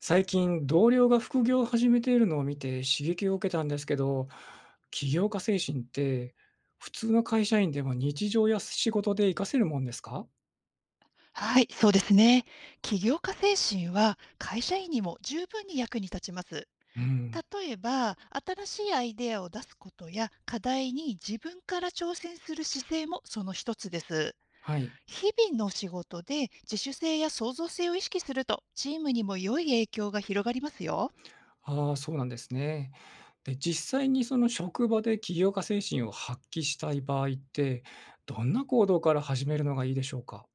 最近、同僚が副業を始めているのを見て刺激を受けたんですけど、起業家精神って普通の会社員でも日常や仕事で活かせるもんですか。はい、そうですね。起業家精神は会社員にも十分に役に立ちます。うん。例えば、新しいアイデアを出すことや課題に自分から挑戦する姿勢もその一つです。はい。日々の仕事で自主性や創造性を意識すると、チームにも良い影響が広がりますよ。ああ、そうなんですね。で、実際にその職場で起業家精神を発揮したい場合って、どんな行動から始めるのがいいでしょうか。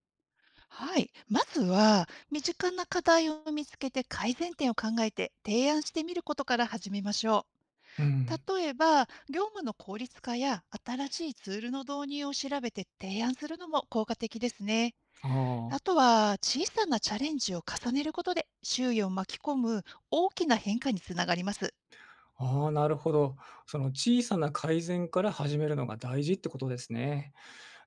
はい、まずは身近な課題を見つけて改善点を考えて提案してみることから始めましょう。うん。例えば、業務の効率化や新しいツールの導入を調べて提案するのも効果的ですね。あああ。とは、小さなチャレンジを重ねることで、周囲を巻き込む大きな変化につながります。ああ、なるほど。その小さな改善から始めるのが大事ってことですね。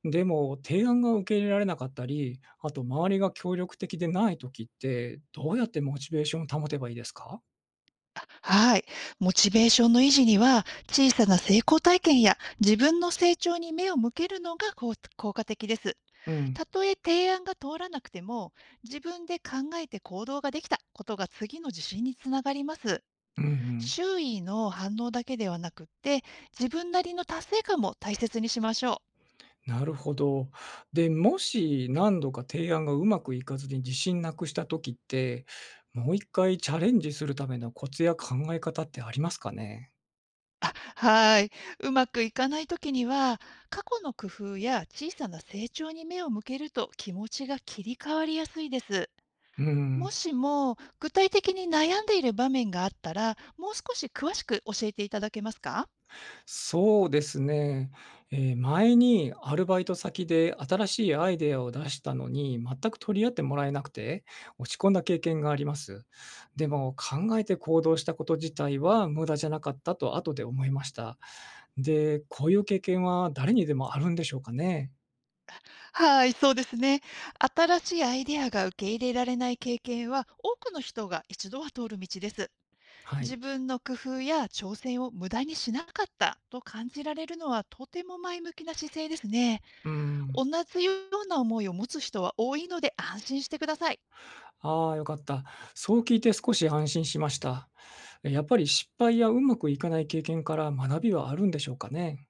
でも、提案が受け入れられなかったり、あと周りが協力的でない時って、どうやってモチベーションを保てばいいですか？あ、はい。モチベーションの維持には、小さな成功体験や自分の成長に目を向けるのが効果的です。うん。たとえ提案が通らなくても、自分で考えて行動ができたことが次の自信につながります。うんうん。周囲の反応だけではなくって、自分なりの達成感も大切にしましょう。なるほど。で、もし何度か提案がうまくいかずに自信なくした時って、もう1回チャレンジするためのコツや考え方ってありますかね？あ、はい。うまくいかないときには、過去の工夫や小さな成長に目を向けると気持ちが切り替わりやすいです。うもん。しも具体的に悩んでいる場面があったら、もう少し詳しく教えていただけますか？そうですね。前にアルバイト先で新しいアイデアを出したのに、全く取り合ってもらえなくて、落ち込んだ経験があります。でも、考えて行動したこと自体は無駄じゃなかったと後で思いました。で、こういう経験は誰にでもあるんでしょうかね？はい、そうですね。新しいアイデアが受け入れられない経験は、多くの人が一度は通る道です。は自い。分の工夫や挑戦を無駄にしなかったと感じられるのはとても前向きな姿勢ですね。うーん。同じような思いを持つ人は多いので安心してください。ああ、よかった。そう聞いて少し安心しました。やっぱり失敗やうまくいかない経験から学びはあるんでしょうかね？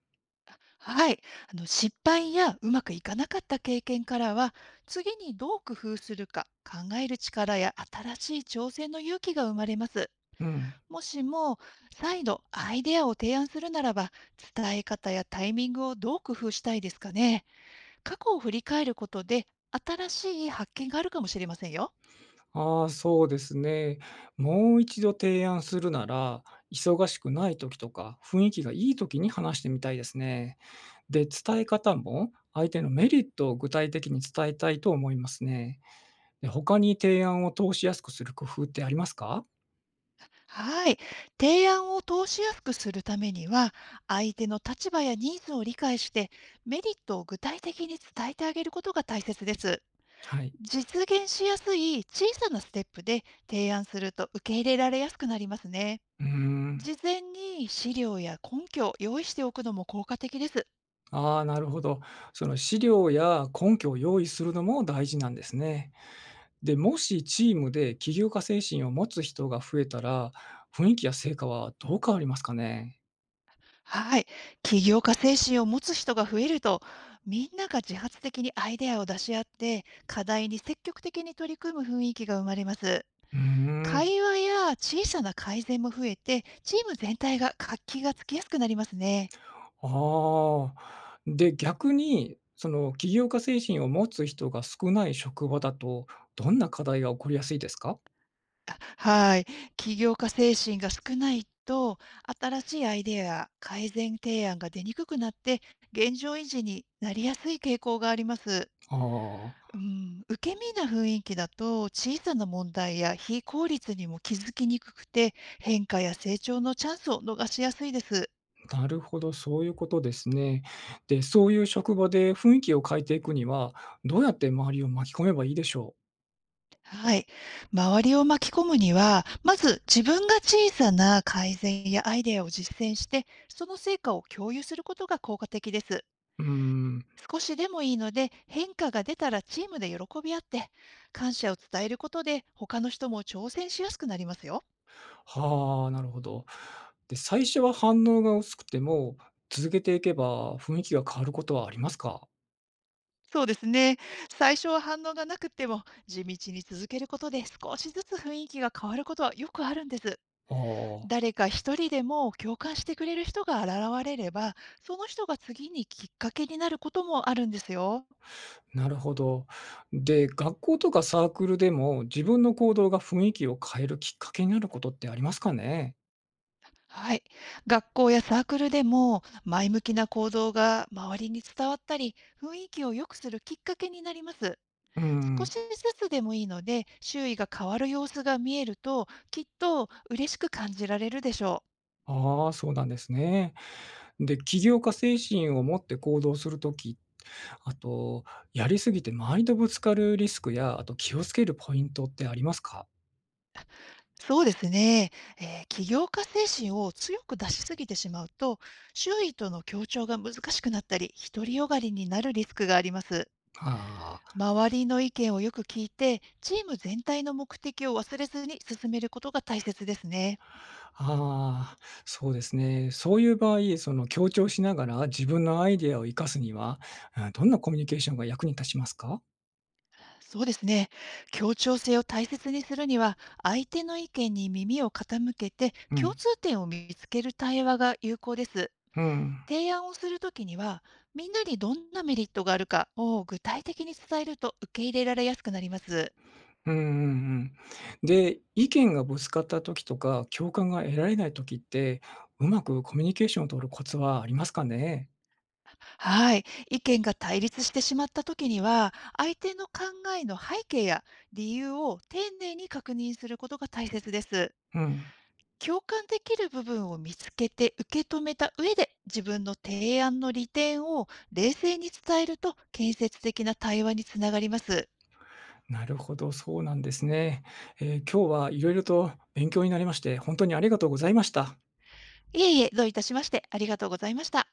はい。あの、失敗やうまくいかなかった経験からは、次にどう工夫するか考える力や新しい挑戦の勇気が生まれます。うん。もしも再度アイデアを提案するならば、伝え方やタイミングをどう工夫したいですかね？過去を振り返ることで、新しい発見があるかもしれませんよ。ああ、そうですね。もう一度提案するなら、忙しくない時とか、雰囲気がいい時に話してみたいですね。で、伝え方も相手のメリットを具体的に伝えたいと思いますね。で、他に提案を通しやすくする工夫ってありますか。はい。提案を通しやすくするためには、相手の立場やニーズを理解して、メリットを具体的に伝えてあげることが大切です。はい。実現しやすい小さなステップで提案すると受け入れられやすくなりますね。うーん。事前に資料や根拠を用意しておくのも効果的です。ああ、なるほど。その資料や根拠を用意するのも大事なんですね。で、もしチームで起業家精神を持つ人が増えたら、雰囲気や成果はどう変わりますかね。はい。起業家精神を持つ人が増えると、みんなが自発的にアイデアを出し合って、課題に積極的に取り組む雰囲気が生まれます。うーん、会話や小さな改善も増えて、チーム全体が活気がつきやすくなりますね。ああ。で、逆に、その起業家精神を持つ人が少ない職場だと、どんな課題が起こりやすいですか？はい。起業家精神が少ないと、新しいアイデアや改善提案が出にくくなって、現状維持になりやすい傾向があります。あうん、受け身な雰囲気だと小さな問題や非効率にも気づきにくくて、変化や成長のチャンスを逃しやすいです。あ、なるほど、そういうことですね。で、そういう職場で雰囲気を変えていくには、どうやって周りを巻き込めばいいでしょう？はい。周りを巻き込むには、まず自分が小さな改善やアイデアを実践して、その成果を共有することが効果的です。うーん、少しでもいいので、変化が出たらチームで喜び合って、感謝を伝えることで他の人も挑戦しやすくなりますよ。はあ、なるほど。で、最初は反応が薄くても、続けていけば雰囲気が変わることはありますか？そうですね。最初は反応がなくても、地道に続けることで少しずつ雰囲気が変わることはよくあるんです。ああ。誰か一人でも共感してくれる人が現れれば、その人が次にきっかけになることもあるんですよ。なるほど。で、学校とかサークルでも自分の行動が雰囲気を変えるきっかけになることってありますかね？はい。学校やサークルでも、前向きな行動が周りに伝わったり、雰囲気を良くするきっかけになります。う少しん。ずつでもいいので、周囲が変わる様子が見えると、きっと嬉しく感じられるでしょう。ああ、そうなんですね。で、起業家精神を持って行動するとき、あと、やりすぎて周りとぶつかるリスクや、あと気をつけるポイントってありますか？そうですね。起業家精神を強く出しすぎてしまうと、周囲との協調が難しくなったり、独りよがりになるリスクがあります。ああ。周りの意見をよく聞いて、チーム全体の目的を忘れずに進めることが大切ですね。ああ、そうですね。そういう場合、その強調しながら自分のアイデアを生かすには、うん、どんなコミュニケーションが役に立ちますか？そうですね。協調性を大切にするには、相手の意見に耳を傾けて、う共ん、通点を見つける対話が有効です。うん。提案をするときには、みんなにどんなメリットがあるかを具体的に伝えると受け入れられやすくなります。うんうんうん。で、意見がぶつかった時とか、共感が得られない時って、うまくコミュニケーションを取るコツはありますかね？はい。意見が対立してしまったときには、相手の考えの背景や理由を丁寧に確認することが大切です。うん、共感できる部分を見つけて受け止めた上で、自分の提案の利点を冷静に伝えると建設的な対話につながります。なるほど、そうなんですね。今日はいろいろと勉強になりまして、本当にありがとうございました。いえいえ、どういたしまして、ありがとうございました。